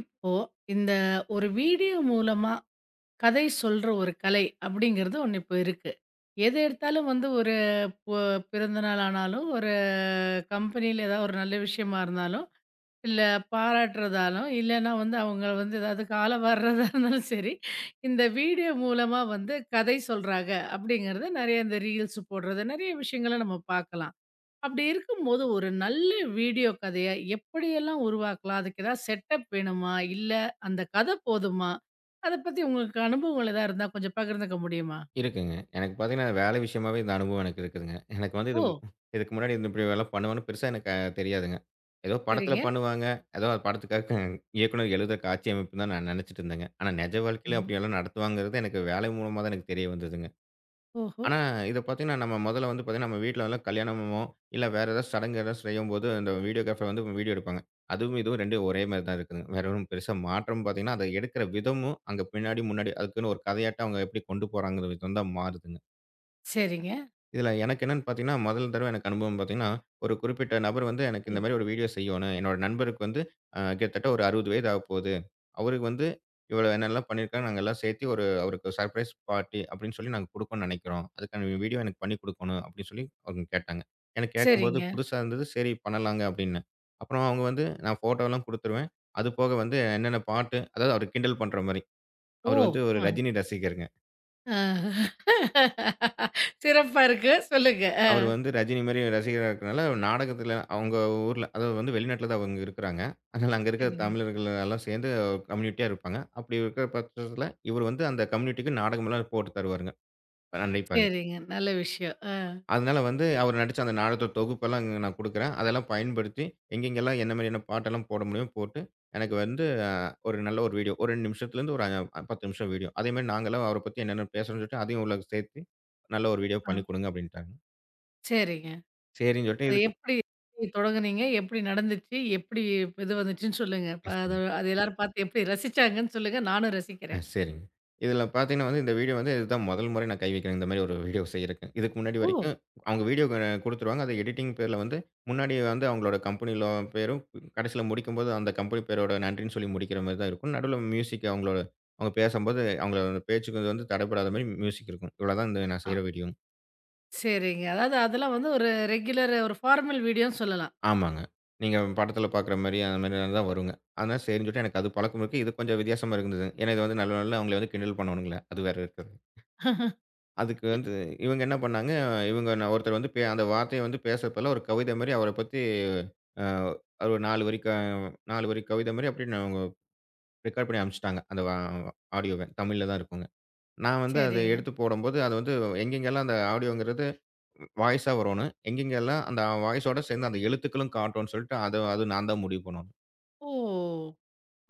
இப்போ இந்த ஒரு வீடியோ மூலமா கதை சொல்ற ஒரு கலை அப்படிங்கிறது ஒன்று இப்போ இருக்கு. எது எடுத்தாலும் வந்து ஒரு பொ பிறந்த நாள் ஆனாலும், ஒரு கம்பெனியில ஏதாவது ஒரு நல்ல விஷயமா இருந்தாலும், இல்ல பாராட்டுறதாலும், இல்லன்னா வந்து அவங்கள வந்து ஏதாவது கால வார்றதா இருந்தாலும் சரி, இந்த வீடியோ மூலமா வந்து கதை சொல்றாங்க அப்படிங்கிறத நிறைய இந்த ரீல்ஸ் போடுறது, நிறைய விஷயங்கள நம்ம பார்க்கலாம். அப்படி இருக்கும்போது, ஒரு நல்ல வீடியோ கதைய எப்படியெல்லாம் உருவாக்கலாம்? அதுக்கு ஏதாவது செட்டப் வேணுமா? இல்ல அந்த கதை போதுமா? அத பத்தி உங்களுக்கு அனுபவங்கள் ஏதாவது இருந்தா கொஞ்சம் பகிர்ந்துக்க முடியுமா? இருக்குங்க. எனக்கு பார்த்தீங்கன்னா, வேலை விஷயமாவே இந்த அனுபவம் எனக்கு இருக்குதுங்க. எனக்கு வந்து இது ஓ! இதுக்கு முன்னாடி இந்த இப்படி வேலை பண்ணுவேன்னு பெருசா எனக்கு தெரியாதுங்க. ஏதோ படத்தில சரிங்க. பண்ணுவாங்க. ஏதோ அது படத்துக்காக இயக்குனர் எழுதுற காட்சி அமைப்புன்னு தான் நான் நெனைச்சுட்டு இருந்தேங்க. ஆனா நிஜ வாழ்க்கையில ம். அப்படியெல்லாம் நடத்துவாங்கிறது எனக்கு வேலை மூலமா தான் எனக்கு தெரிய வந்ததுங்க. ஓஹோ! ஆனா இத பார்த்தீங்கன்னா, நம்ம முதல்ல வந்து பார்த்தீங்கன்னா, நம்ம வீட்ல எல்லாம் கல்யாணமோ, இல்ல வேற ஏதாவது சடங்கு ஏதாவது செய்யும்போது இந்த வீடியோகிராஃபர் வந்து வீடியோ எடுப்பாங்க. அதுவும் இதுவும் 2ம் ஒரே மாரி தான் இருக்குதுங்க. வேற ஒண்ணும் பெருசா மாற்றம் பார்த்தீங்கன்னா, அத எடுக்கிற விதமும் அங்க பின்னாடி, முன்னாடி அதுக்குன்னு ஒரு கதையாட்டம் அவங்க எப்படி கொண்டு போறாங்கங்கிற விதம் தான் மாறுதுங்க. சரிங்க. இதுல எனக்கு என்னன்னு பார்த்தீங்கன்னா, முதல் தடவ எனக்கு அனுபவம் பார்த்தீங்கன்னா, ஒரு குறிப்பிட்ட நபர் வந்து எனக்கு இந்த மாரி ஒரு வீடியோ செய்யணும். என்னோட நண்பருக்கு வந்து கிட்டத்தட்ட ஒரு 60 வயது ஆகப்போகுது. அவருக்கு வந்து இவ்வளோ என்னெல்லாம் பண்ணியிருக்காங்க, நாங்க எல்லாம் சேர்த்து ஒரு அவருக்கு சர்ப்ரைஸ் பார்ட்டி அப்படின்னு சொல்லி நாங்க குடுக்கணும்னு நினைக்கிறோம். அதுக்கான வீடியோ எனக்கு பண்ணி குடுக்கணும் அப்படின்னு சொல்லி அவங்க கேட்டாங்க. எனக்கு கேட்கும்போது சரிங்க. புதுசா இருந்தது. சரி பண்ணலாங்க அப்படின்னேன். அப்புறம் அவங்க வந்து நான் ஃபோட்டோலாம் குடுத்துருவேன். அது போக வந்து என்னென்ன பாட்டு அதாவது அவர கிண்டல் பண்ற மாரி. ஓ! அவர் வந்து ஒரு அ. ரஜினி ரசிகருங்க. அ. சிறப்பா இருக்கு. சொல்லுங்க. அ. அவரு வந்து ரஜினி மாரி ரசிகரா இருக்கனால, நாடகத்துல அவங்க ஊர்ல அதாவது வந்து வெளிநாட்ல தான் அவங்க இருக்குறாங்க. அதனால அங்க இருக்கிற சரிங்க, தமிழர்கள் எல்லாம் சேர்ந்து கம்யூனிட்டியா இருப்பாங்க. அப்படி இருக்கிற பட்சத்துல, இவரு வந்து அந்த கம்யூனிட்டிக்கு நாடகமெல்லாம் போட்டு தருவாருங்க. நடிப்பாருங்க. சரிங்க. நல்ல விஷயம். அ. அதனால வந்து அவரு நடிச்ச அந்த நாடகத்தோட தொகுப்பெல்லாம் இங்க நான் குடுக்குறேன். அதெல்லாம் பயன்படுத்தி எங்கெங்கெல்லாம் என்ன மாரியான பாட்டெல்லாம் போட முடியுமோ போட்டு, எனக்கு வந்து ஒரு நல்ல ஒரு வீடியோ. ஒரு 2 நிமிஷத்துலேருந்து ஒரு 10 நிமிஷம் வீடியோ. அதே மாரி நாங்கலாம் அவர பத்தி என்னென்ன பேசணும்னு சொல்லிட்டு, அதையும் உள்ள சேர்த்து நல்ல ஒரு வீடியோ பண்ணி அ. குடுங்க அப்படின்ட்டாங்க. சரிங்க. சரின்னு சொல்லிட்டு அது இதுக்கு எப்படி தொடங்குனீங்க? எப்படி நடந்துச்சு? எப்படி இது வந்துச்சுன்னு சொல்லுங்க. அது சரி அது எல்லாரும் பார்த்து எப்படி ரசிச்சாங்கன்னு சொல்லுங்க. நானும் ரசிக்கிறேன். சரிங்க. இதில பார்த்தீங்கன்னா வந்து, இந்த வீடியோ வந்து இதுதான் முதல் முறை நான் கை வைக்கிறேன். இந்த மாரி ஒரு வீடியோ செய்றக்கு. இதுக்கு முன்னாடி ஓ! வரைக்கும் அவங்க வீடியோ குடுத்துருவாங்க. அது எடிட்டிங் பேர்ல வந்து முன்னாடி வந்து அவங்களோட கம்பெனில பேரும், கடைசியில முடிக்கும்போது அந்த கம்பெனி பேரோட நன்றின்னு சொல்லி முடிக்கிற மாரி தான் இருக்கும். நடுவுல மியூசிக் அவங்களோட அவங்க பேசம்போது அவங்களோட பேச்சுக்கு வந்து தடைப்படாத மாரி மியூசிக் இருக்கும். இவ்வளோதான் இந்த நான் ஆ, செய்ற வீடியோ. சரிங்க. அதாவது அதெல்லாம் வந்து ஒரு ரெகுலர் ஒரு ஃபார்மல் வீடியோன்னு சொல்லலாம். ஆமாங்க. நீங்க படத்தில பார்க்குற மாரி அந்த மாரி தான் வருங்க. அதனால சரின்னு சொல்லிட்டு எனக்கு அது பழக்கம் இருக்கு. இது கொஞ்சம் வித்தியாசமா இருந்தது. ஏன்னா இது வந்து நல்ல நாள்ல அவங்கள வந்து கிண்டல் பண்ணணுங்கள. அது வேற இருக்கு. அதுக்கு வந்து இவங்க என்ன பண்ணாங்க, இவங்க ஒருத்தர் வந்து அந்த வார்த்தைய வந்து பேசுறப்பலாம் ஒரு கவிதை மாரி அவர பத்தி அ ஒரு 4 வரி 4 வரி கவிதை மாரி அப்படியே நான் அவங்க ரெக்கார்ட் பண்ணி அனுப்பிச்சுட்டாங்க. அந்த வ ஆடியோவ. தமிழ்ல தான் இருக்குங்க. நான் வந்து அத சரிங்க. எடுத்து போடும்போது, அது வந்து எங்கெங்கெல்லாம் அந்த ஆடியோங்கிறது வாய்ஸா வரும்ன்னு, எங்கெங்கெல்லாம் அந்த வாய்ஸோட சேர்ந்து அந்த எழுத்துக்களும் காட்டும்ன்னு சொல்லிட்டு, அத அது நான் தான் முடிவு பண்ணணும். ஓ!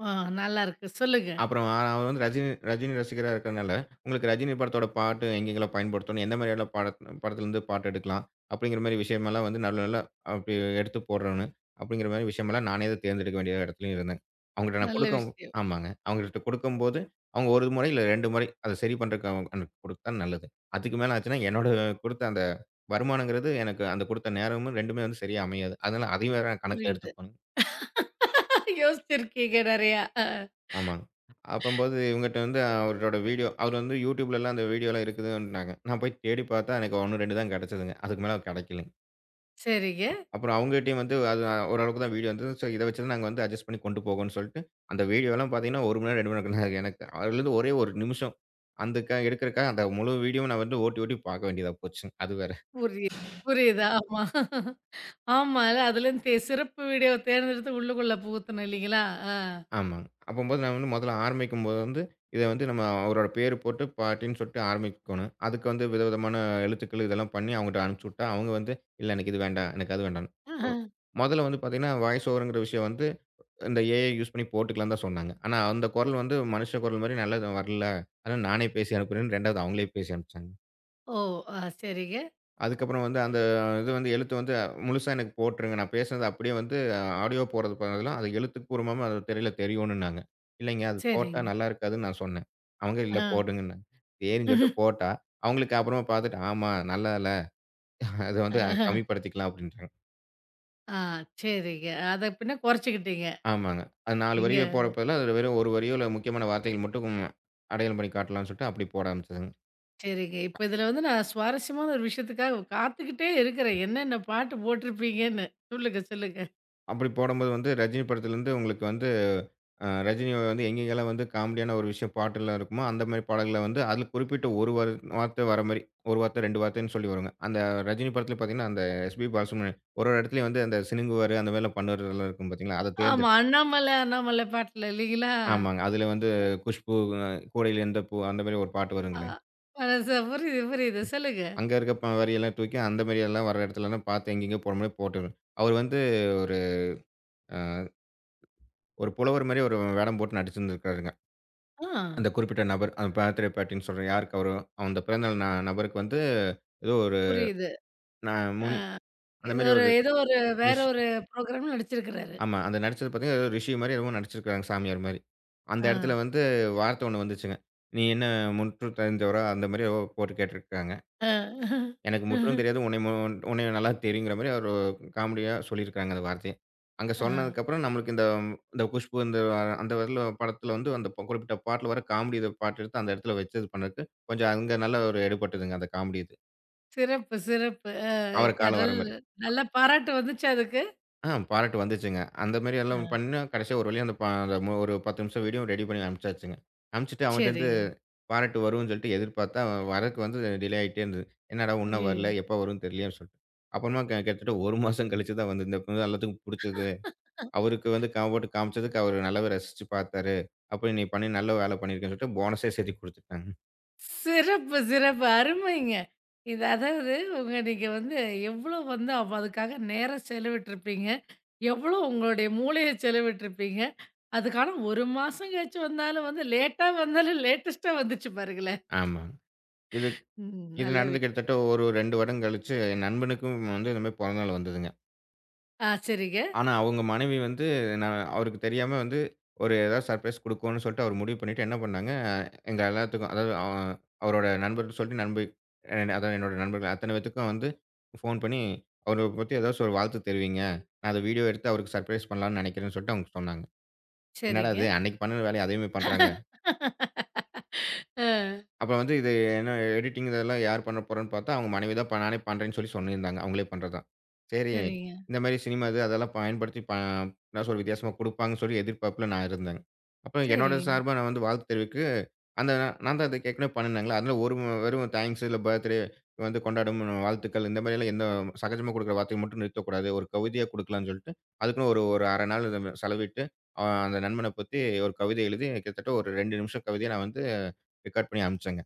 ஆ, நல்லாருக்கு. சொல்லுங்க. அப்புறம் அவர் வந்து ரஜினி ரஜினி ரசிகரா இருக்கறனால, உங்களுக்கு ரஜினி படத்தோட பாட்டு எங்கெங்கலாம் பயன்படுத்தணும், எந்த மாரியான படத்துலருந்து பாட்டு எடுக்கலாம், அப்படிங்கிற மாரி விஷயமெல்லாம் வந்து நல்ல நல்ல அப்படி எடுத்து போடுறோன்னு, அப்படிங்கிற மாரி விஷயமெல்லாம் நானே தான் தேர்ந்தெடுக்க வேண்டிய இடத்துலயும் இருந்தேன். அவங்ககிட்ட நான் நல்ல குடுக்கவும். விஷயம். ஆமாங்க. அவங்ககிட்ட குடுக்கும்போது, அவங்க 1 முறை இல்ல 2 முறை அத சரி பண்றதுக்கு அவங்க எனக்கு குடுத்தா நல்லது. அதுக்கு மேல ஆச்சுன்னா, என்னோட குடுத்த அந்த வருமானங்கிறது எனக்கு அந்த குடுத்த நேரமும் 2மே வந்து சரியா அமையாது. அதனால அதையும் வேற கணக்குல புரியுது. எடுத்துக்கணும். யோசிச்சிருக்கீங்க நெறையா. ஆ, ஆமாங்க. அப்பம்போது இவங்கட்ட வந்து அவரோட வீடியோ அவர் வந்து YouTubeலலாம் அந்த வீடியோலாம் இருக்குதுன்னாங்க. நான் போய் தேடி பார்த்தா எனக்கு 1, 2 தான் கிடைச்சதுங்க. அதுக்கு மேல கிடைக்கலங்க. சரிங்க. அப்புறம் அவங்ககிட்டயும் வந்து அது ஓரளவுக்கு தான் வீடியோ வந்தது. சோ இத வச்சு தான் நாங்க வந்து அட்ஜஸ்ட் பண்ணி கொண்டு போகோம்ன்னு சொல்லிட்டு, அந்த வீடியோலாம் பார்த்தீங்கன்னா 1 மணி நேரம், 2 மணி நேரம் தான். எனக்கு அதுலருந்து ஒரே 1 நிமிஷம். அந்த க எடுக்கிறக்காக அந்த முழு வீடியோவும் நான் வந்து ஓட்டி ஓட்டி பார்க்க வேண்டியதா போச்சுங்க. அது வேற. புரியுது. புரியுது. ஆமா. ஆமா. அதுலருந்து சிறப்பு வீடியோவ தேர்ந்தெடுத்து உள்ளுக்குள்ள புகுத்தணும் இல்லைங்களா? ஆ. ஆமாங்க. அப்பம்போது நான் வந்து முதல்ல ஆரம்பிக்கும்போது வந்து, இத வந்து நம்ம அவரோட பேரு போட்டு பாட்டின்னு சொல்லிட்டு ஆரம்பிக்கணும். அதுக்கு வந்து விதவிதமான எழுத்துக்கள் இதெல்லாம் பண்ணி அவங்கட்ட அனுப்பிச்சு விட்டா, அவங்க வந்து இல்ல எனக்கு இது வேண்டாம், எனக்கு அது வேண்டாம்ன்னு. ஒ ஆஹா. முதல்ல வந்து பார்த்தீங்கன்னா, வாய்ஸ் ஓவர்ங்கிற விஷயம் வந்து இந்த ஏஐ யூஸ் பண்ணி போட்டுக்கலாம்ன்னு தான் சொன்னாங்க. ஆனா அந்த குரல் வந்து மனுஷ குரல் மாரி நல்லா வரல. அதனால நானே பேசி அனுப்புறேன்னு 2வது அவங்களே பேசி அனுப்பிச்சாங்க. ஓ! ஆ, சரிங்க. அதுக்கப்புறம் வந்து அந்த இது வந்து எழுத்து வந்து முழுசா எனக்கு போட்டுருங்க. நான் பேசுனது அப்படியே வந்து ஆடியோ போடுறதுக்கு பதிலா, அது எழுத்துப்பூர்வமா அது திரையில தெரியணும்னாங்க. இல்லைங்க அது போட்டா சரிங்க. நல்லா இருக்காதுன்னு நான் சொன்னேன். அவங்க இல்ல ஆ. போடுங்கன்னாங்க. சரின்னு சொல்லிட்டு போட்டா, அவங்களுக்கு அப்புறமா பார்த்துட்டு, ஆமா நல்லா இல்ல. அத வந்து ஆஹா. கம்மிப்படுத்திக்கலாம் அப்படின்ட்டாங்க. ஆ, சரிங்க. அத பின்ன குறைச்சுக்கிட்டீங்க. ஆமாங்க. அது 4 நீங்க வரிய போடுறதுக்கு பதிலா, அதுல வெறும் 1 வரியோ இல்ல முக்கியமான வார்த்தைகள் மட்டும் அடையாளம் பண்ணி காட்டலாம்னு சொல்லிட்டு அப்படி போட ஆரம்பிச்சதுங்க. சரிங்க. இப்ப இதுல வந்து நான் சுவாரஸ்யமான ஒரு விஷயத்துக்காக காத்துக்கிட்டே இருக்கிறேன். என்னென்ன பாட்டு போட்டிருப்பீங்கன்னு. சொல்லுங்க, சொல்லுங்க. அப்படி போடும்போது வந்து ரஜினி படத்துலருந்து உங்களுக்கு வந்து ரஜினி வந்து எங்கெங்கேல்லாம் வந்து காமெடியான ஒரு விஷயம் பாட்டுலாம் இருக்குமோ, அந்த மாரி பாடல்கள வந்து அதில குறிப்பிட்ட ஒரு வார்த்தை வர மாரி, 1 வார்த்தை 2 வார்த்தைன்னு சொல்லி வருங்க. அந்த ரஜினி படத்துல பார்த்தீங்கன்னா, அந்த எஸ்பி பாலசுப்ரமணியன் ஒரு ஒரு இடத்துலயும் வந்து அந்த சிணுங்குவாரு, அந்த மாரிலாம் பண்ணுறதெல்லாம் இருக்கும் பார்த்தீங்களா? அத ஆமா. தேர்ந்தெடு அண்ணாமலை, அண்ணாமலை பாட்டுல இல்லைங்களா? ஆமாங்க. அதில வந்து குஷ்பு அ "கூடையில் எந்த பூ" அந்த மாரி ஒரு பாட்டு ஆ. வருங்களே. மனசு புரியுது, புரியுது. சொல்லுங்க. அங்க இருக்க வரியெல்லாம் தூக்கி அந்த மாரியெல்லாம் வர இடத்துலலாம் பார்த்து எங்கெங்கேயோ போடுற மாரி அவரு வந்து ஒரு ஒரு புலவர் மாரி ஒரு வேடம் போட்டு நடிச்சிருந்திருக்காரு. ஆ. அந்த குறிப்பிட்ட நபர், அந்த பர்த்டே பார்ட்டின்னு சொல்றேன். யாருக்கு அவரோ, அந்த பிறந்தநாள் நபருக்கு வந்து ஏதோ ஒரு புரியுது. ந முனி அந்த ஏதோ மாரி ஒரு ஒரு ஏதோ ஒரு வேற ரிஷி. ஒரு ப்ரோகிராம்ல நடிச்சிருக்கிறாரு. ஆமா. அந்த நடிச்சது பார்த்தீங்கன்னா, ஏதோ ரிஷி மாரி என்னமோ நடிச்சிருக்காங்க, சாமியார் மாரி. அந்த ஆ. இடத்துல வந்து வார்த்தை ஒண்ணு வந்துச்சுங்க. "நீ என்ன முற்று தெரிந்தவரா?" அந்த மாரி ஏதோ போட்டு கேட்டிருக்காங்க. ஆ. எனக்கு முற்றும் தெரியாது. உன்னை நல்லா தெரியுங்கிற மாரி அவரு காமெடியா சொல்லியிருக்காங்க அந்த வார்த்தைய. அங்க ஆ. சொன்னதுக்கப்புறம் நம்மளுக்கு இந்த இந்த குஷ்பு அந்த இதுல படத்துல வந்து குறிப்பிட்ட பாட்டுல வர காமெடி இத பாட்டு எடுத்து அந்த இடத்துல வச்சு இது பண்ணதுக்கு கொஞ்சம் அங்க நல்ல ஒரு எடுபட்டதுங்க அந்த காமெடி இது. சிறப்பு, சிறப்பு. அ அவர காலம் வர கடல் மாரி. நல்ல நல்ல பாராட்டு வந்துச்சா அதுக்கு? ஆ பாராட்டு வந்துச்சுங்க. அந்த மாரி எல்லாம் ஆ. பண்ணா கடைசியா ஒரு வழியா அந்த ப அந்த மு ஒரு 10 நிமிஷம் வீடியோ ரெடி பண்ணி அனுப்பிச்சாச்சுங்க. அனுப்பிச்சுட்டு அவன்ட்டருந்து சரிங்க. பாராட்டு வரும்ன்னு சொல்லிட்டு எதிர்பார்த்தா, அவன் வரக்கு வந்து டிலே ஆயிட்டே இருந்தது. "என்னடா இன்னும் ஐயய்யோ! வரல, எப்ப வரும்ன்னு தெரியலையேன்னு" சொல்லிட்டு. அப்புறமா கிட்டத்தட்ட 1 மாசம் கழிச்சு தான் வந்து, "இந்த இது எல்லாத்துக்கும் புடிச்சது. அவருக்கு வந்து போட்டு காமிச்சதுக்கு அவரு நல்லாவே ரசிச்சு பார்த்தாரு. அப்ப நீ பண்ணி நல்ல வேலை பண்ணியிருக்கன்னு" சொல்லிட்டு போனஸே சேர்த்தி குடுத்துட்டாங்க. சிறப்பு, சிறப்பு. அருமைங்க. இது அதாவது நீங்க வந்து எவ்ளோ வந்து அப்ப அதுக்காக நேரம் செலவிட்டுருப்பீங்க. எவ்ளோ உங்களுடைய மூளைய செலவிட்டுருப்பீங்க. அதுக்கு ஆனா 1 மாசம் கழிச்சு வந்தாலும் வந்து லேட்டா வந்தாலும் லேட்டஸ்ட்டா வந்துச்சு பாருங்களேன். ஆமாங்க. இது ம். இது நல்ல வி நடந்து கிட்டத்தட்ட ஒரு 2 வருடம் கழிச்சு, என் நண்பனுக்கும் வந்து இந்த மாரி பிறந்தநாள் வந்ததுங்க. ஆ, சரிங்க, ஆனா, அவுங்க மனைவி வந்து நான் அவருக்கு தெரியாம வந்து, ஒரு ஏதாவது சர்ப்ரைஸ் குடுக்கோன்னு சொல்லிட்டு அவரு முடிவு பண்ணிட்டு என்ன பண்ணாங்க, எங்க எல்லாத்துக்கும் அதாவது அவரோட நண்பர்ட்ட சொல்லிட்டு அதான் என்னோட நண்பர்கள் அத்தன பேத்துக்கும் வந்து ஃபோன் பண்ணி, அவர பத்தி ஏதாச்சும் ஒரு வாழ்த்து தெரிவிங்க. நான் அத வீடியோ எடுத்து அவருக்கு சர்ப்ரைஸ் பண்ணலான்னு நெனைக்கிறேன்னு சொல்லிட்டு அவுங்க சொன்னாங்க. என்னடா சரிங்க. இது! அன்னைக்கு பண்ணுன வேலைய அதேமாரி பண்றாங்க. ஆ. அப்புறம் வந்து இது என்ன எடிட்டிங் இதெல்லாம் யார் பண்ண போறான்னு பார்த்தா, அவங்க மனைவி தான் நானே பண்றேன்னு சொல்லி சொல்லியிருந்தாங்க. அவங்களே பண்றது தான். சரி, சரிங்க, இந்த மாரி சினிமா இது அதெல்லாம் பயன்படுத்தி ஏதாச்சும் ஒரு வித்தியாசமா குடுப்பாங்கன்னு சொல்லி எதிர்பார்ப்புல நான் இருந்தேங்க. அப்ப என்னோட சரிங்க, சார்பா நான் வந்து வாழ்த்து தெரிவிக்க, அந்த நான் நான் தான் அதுக்கு ஏற்கனவே பண்ணுனேங்களா, அதில ஒரு வெறும் தேங்க்ஸ் இல்ல பர்த்டே வந்து கொண்டாடும் வாழ்த்துக்கள் இந்த மாரிலாம் எந்த சகஜமா குடுக்குற வார்த்தைய மட்டும் நிறுத்தக்கூடாது. ஒரு கவிதையா குடுக்கலாம்ன்னு சொல்லிட்டு, அதுக்குன்னு ஒரு ஒரு அரை நாள் இத செலவிட்டு, அந்த நண்பன பத்தி ஒரு கவிதை எழுதி கிட்டத்தட்ட ஒரு 2 நிமிஷம் கவிதைய நான் வந்து ரெக்கார்ட் பண்ணி அனுப்பிச்சேங்க.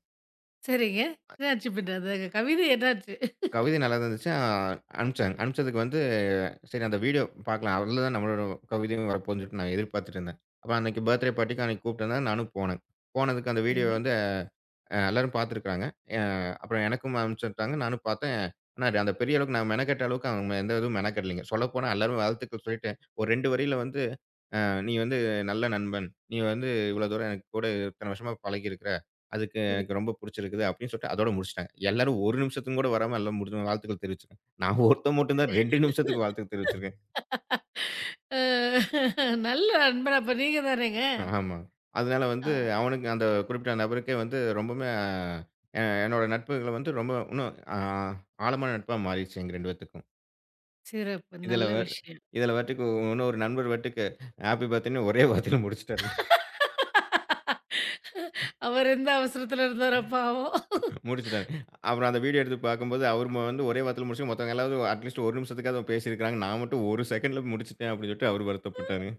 சரிங்க. என்னாச்சு பின்ன அந்த கவிதை என்னாச்சு? கவிதை நல்லாதான் இருந்துச்சு. அனுப்பிச்சாங்க. அனுப்பிச்சதுக்கு வந்து சரி அந்த வீடியோ பார்க்கலாம். அதுல தான் நம்மளோட கவிதையும் வரப்போகுதுன்னு சொல்லிட்டு நான் எதிர்பார்த்துட்டு இருந்தேன். அப்ப அன்னைக்கு பர்த்டே பார்ட்டிக்கு அன்னைக்கு கூப்பிட்டுருந்தாங்க. நானும் போனேன். போனதுக்கு அந்த வீடியோ சரிங்க. வந்து எல்லாரும் பார்த்துருக்காங்க. அ அப்புறம் எனக்கும் அனுப்பிச்சு விட்டாங்க. நானும் பார்த்தேன். ஆனா அந்த பெரிய அளவுக்கு நான் மெனக்கெட்ட அளவுக்கு அவங்க எந்த இதுவும் மெனக்கெடலைங்க. சொல்லப்போனா எல்லாரும் வாழ்த்துக்கள் சொல்லிட்டு ஒரு 2 வரியில வந்து "நீ வந்து நல்ல நண்பன். நீ வந்து இவ்வளோ தூரம் எனக்கு கூட இத்தன வருஷமா பழகியிருக்கிற. அதுக்கு புரி எனக்கு ரொம்ப புடிச்சிருக்குது." அப்படின்னு சொல்லிட்டு அதோட முடிச்சுட்டாங்க. எல்லாரும் 1 நிமிஷத்துக்கும் கூட வராம எல்லாம் முடிஞ்சு வாழ்த்துக்கள் தெரிவிச்சாங்க. நான் ஒருத்தன் மட்டும் தான் 2 நிமிஷத்துக்கு வாழ்த்து தெரிவிச்சிருக்கேன். அ, நல்ல நண்பன் அப்ப நீங்க தானேங்க. ஆமா. அதனால ஆ. வந்து அவனுக்கு அந்த குறிப்பிட்ட நபருக்கே வந்து ரொம்பவுமே என்னோட நட்புகள வந்து ரொம்ப இன்னும் ஆழமான நட்பா மாறிடுச்சு எங்க 2 பேத்துக்கும். சிறப்பு. இதுல நல்ல வே விஷயம். இதுல பாட்டுக்கு இன்னொரு நண்பர் பாட்டுக்கு ஹேப்பி பர்த்டேன்னு ஒரே வார்த்தையில முடிச்சுட்டாரு. அவர் எந்த அவசரத்துல இருந்தாரோ பாவம். முடிச்சுட்டாரு. அப்புறம் அந்த வீடியோ எடுத்து பார்க்கும்போது, அவரு வந்து ஒரே வார்த்தையில முடிச்சு மத்தவங்க எல்லாரும் அட்லீஸ்ட் 1 நிமிஷத்துக்காவது பேசியிருக்காங்க. நான் மட்டும் 1 செகண்ட்ல முடிச்சுட்டேன் அப்படின்னு சொல்லிட்டு அவரு வருத்தப்பட்டாரு.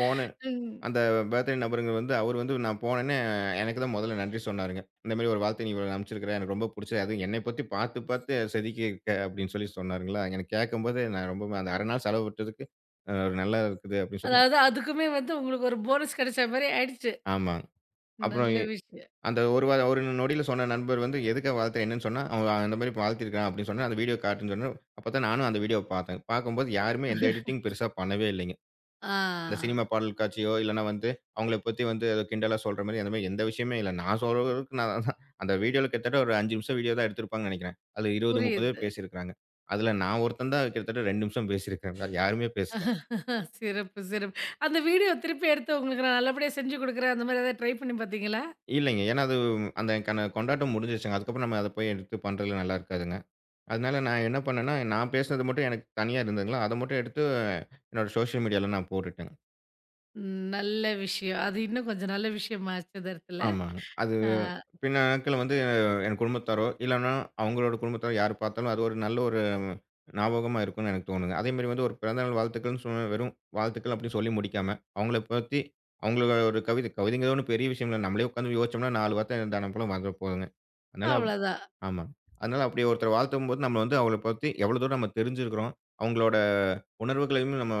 போன ம். அந்த பர்த்டே நபருங்க வந்து அவரு வந்து நான் போனோனே எனக்கு தான் முதல்ல நன்றி சொன்னாருங்க. இந்த மாரி ஒரு வாழ்த்த நீ இவ்வளவு அனுப்பிச்சிருக்கிற எனக்கு ரொம்ப பிடிச்சது. அதுவும் என்னை பத்தி பார்த்து பார்த்து செதுக்கியிருக்க அப்படின்னு சொல்லி சொன்னாருங்களா. எனக்கு கேட்கும்போது நான் ரொம்பவே அந்த அரை நாள் செலவிட்டதுக்கு அ நல்ல இருக்குது அப்படின்னு சொன்னேன். அதாவது அதுக்குமே வந்து உங்களுக்கு ஒரு போனஸ் கிடைச்ச மாரி ஆயிடுச்சு. ஆமா. அப்புறம் நல்ல விஷயம். அந்த ஒரு ஒரு நொடியில சொன்ன நண்பர் வந்து, எதுக்காக வளர்த்தேன் என்னன்னு சொன்னா, அவன் அந்த மாரி வளர்த்திருக்கான் அப்படின்னு சொன்னேன். அந்த வீடியோ காட்டுன்னு சொன்னேன். அப்பதான் நானும் அந்த வீடியோவ பார்த்தேன். பார்க்கும்போது யாருமே எந்த எடிட்டிங் பெருசா பண்ணவே இல்லைங்க. இந்த ஆ, சினிமா பாடல் காட்சியோ, இல்லன்னா வந்து அவங்கள பத்தி வந்து ஏதோ கிண்டலா சொல்ற மாரி அந்த மாரி எந்த விஷயமே இல்ல. நான் சொல்றளவுக்கு நான் தான் அந்த வீடியோல கிட்டத்தட்ட ஒரு 5 நிமிஷம் வீடியோ தான் எடுத்திருப்பாங்கன்னு நெனைக்கிறேன். அதுல 20, 30 புரியுது. பேர் பேசியிருக்காங்க. அதுல நான் ஒருத்தன் தான் கிட்டத்தட்ட 2 நிமிஷம் பேசியிருக்கிறேன். வேற யாருமே பேசல. சிறப்பு, சிறப்பு. அந்த வீடியோ திருப்பி எடுத்து உங்களுக்கு நான் நல்லபடியா செஞ்சு குடுக்குறேன். அந்த மாரி ஏதாவது ட்ரை பண்ணி பார்த்தீங்களா? இல்லைங்க. ஏன்னா அது அந்த கன கொண்டாட்டம் முடிஞ்சிருச்சுங்க. அதுக்கப்புறம் நம்ம அத போய் எடுத்து பண்றதுல நல்லா இருக்காதுங்க. அதனால நான் என்ன பண்ணேன்னா, நான் பேசினது மட்டும் எனக்கு தனியா இருந்ததுங்களா, அத மட்டும் எடுத்து என்னோட சோஷியல் மீடியால நான் போட்டுட்டேங்க. ம். நல்ல விஷயம். அது இன்னும் கொஞ்சம் நல்ல விஷயமாச்சு அந்த இடத்துல. ஆமாங்க. அது அ, பின்ன நாட்கள்ல வந்து என் குடும்பத்தாரோ, இல்லன்னா அவங்களோட குடும்பத்தாரோ யார் பார்த்தாலும் அது ஒரு நல்ல ஒரு ஞாபகமா இருக்கும்னு எனக்கு தோணுங்க. அதேமாரி வந்து ஒரு பிறந்தநாள் வாழ்த்துக்கள்ன்னு சொன்ன வெறும் வாழ்த்துக்கள் அப்படின்னு சொல்லி முடிக்காம, அவங்கள ஒரு கவிதை கவிதைங்கிறது ஒண்ணும் பெரிய விஷயம் இல்ல. நம்மளே உட்கார்ந்து யோசிச்சோம்னா 4 வார்த்தை தான போல வந்துற போதுங்க. அதனால அவ்வளோதான். ஆமாங்க. அதனால அப்படி ஒருத்தர வாழ்த்தும்போது, நம்ம வந்து அவங்கள பத்தி எவ்வளவு தூரம் நம்ம தெரிஞ்சிருக்கிறோம், அவங்களோட உணர்வுகளையும் நம்ம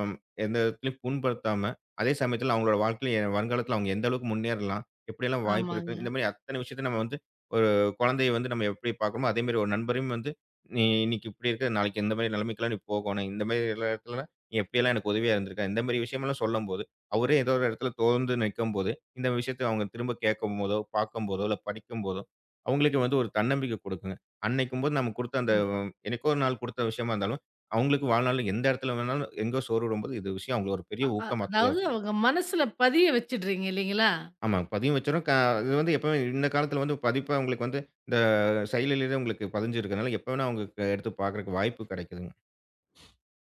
எந்த இடத்துலயும் புண்படுத்தாம, அதே சமயத்தில அவங்களோட வாழ்க்கையில வருங்காலத்தில அவங்க எந்த அளவுக்கு முன்னேறலாம், எப்படியெல்லாம் வாய்ப்பு இருக்கு. ஆமாங்க. இந்த மாரி அத்தனை விஷயத்த நம்ம வந்து ஒரு குழந்தையை வந்து நம்ம எப்படி பார்க்கிறோமோ, அதே மாரி ஒரு நண்பரையும் வந்து, "நீ இன்னைக்கு இப்படி இருக்க. நாளைக்கு இந்த மாரி நிலைமைக்கெல்லாம் நீ போகணும். இந்த மாரி எல்லா இடத்துல நீ எப்படியெல்லாம் எனக்கு உதவியா இருந்திருக்க." இந்த மாரி விஷயமெல்லாம் சொல்லும்போது, அவரே ஏதோ ஒரு இடத்துல துவண்டு நிக்கும்போது, இந்த விஷயத்த அவங்க திரும்ப கேட்கும்போதோ, பார்க்கும்போதோ, இல்ல படிக்கும்போதோ அவங்களுக்கு வந்து ஒரு தன்னம்பிக்கை கொடுக்குங்க. அன்னைக்கும்போது நம்ம குடுத்த அந்த என்னைக்கோ ஒரு நாள் குடுத்த விஷயமா இருந்தாலும், அவங்களுக்கு வாழ்நாள்ல எந்த இடத்துல வேணாலும் எங்கோ சோறு விடும்போது இந்த விஷயம் அவங்களுக்கு ஒரு பெரிய அ, ஊக்கமாத்தலையா அதாவது இருக்கும். அவங்க மனசுல பதிய வச்சுடுறீங்க இல்லைங்களா? ஆமா. பதியும் வச்சிரும். இது வந்து எப்பவுமே இந்த காலத்துல வந்து பதிப்பா உங்களுக்கு வந்து இந்த செயலிலேயே உங்களுக்கு பதிஞ்சிருக்கிறதுனால, எப்ப வேணா அவங்க எடுத்து பார்க்கறக்கு வாய்ப்பு கெடைக்குதுங்க.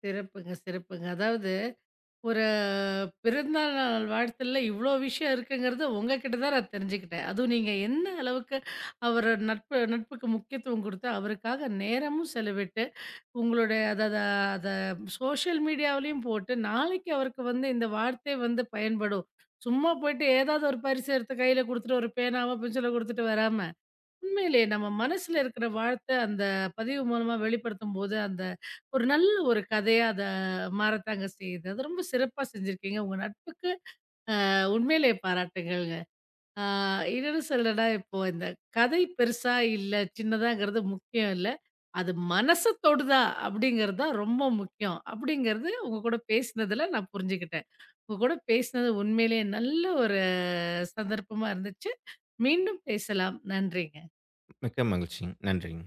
சிறப்புங்க, சிறப்புங்க. அதாவது ஒரு நாள் வாழ்த்துல இவ்ளோ விஷயம் இருக்குங்கிறத உங்ககிட்ட தான் நான் தெரிஞ்சுக்கிட்டேன். அதுவும் நீங்க என்ன அளவுக்கு அவரு நட்புக்கு முக்கியத்துவம் குடுத்து, அவருக்காக நேரமும் செலவிட்டு உங்களுடைய அத அத அத சோஷியல் மீடியாவிலயும் போட்டு, நாளைக்கு அவருக்கு வந்து இந்த வார்த்தை வந்து பயன்படும். சும்மா போயிட்டு ஏதாவது ஒரு பரிசு எடுத்து கையில குடுத்துட்டு, ஒரு பேனாவோ, பென்சிலோ குடுத்துட்டு வராம, உண்மையிலேயே நம்ம மனசுல இருக்கிற வார்த்தை அந்த பதிவு மூலமா வெளிப்படுத்தும்போது, அந்த ஒரு நல்ல ஒரு கதையா அத மாறத்தாங்க செய்யுது. அது ரொம்ப சிறப்பா செஞ்சிருக்கீங்க. உங்க நட்புக்கு அ, உண்மையிலேயே பாராட்டுகள். ஆ, இன்னொன்னு சொல்லணும்னா, இப்போ இந்த கதை பெருசா இல்ல, சின்னதாங்கிறது முக்கியம் இல்ல. அது மனச தொடுதா அப்படிங்கிறது தான் ரொம்ப முக்கியம். அப்படிங்கிறது உங்க கூட பேசினதுல நான் புரிஞ்சுக்கிட்டேன். உங்க கூட பேசினது உண்மையிலேயே நல்ல ஒரு சந்தர்ப்பமா இருந்துச்சு. மீண்டும் பேசலாம். நன்றிங்க. மிக்க மகிழ்ச்சி. நன்றிங்க.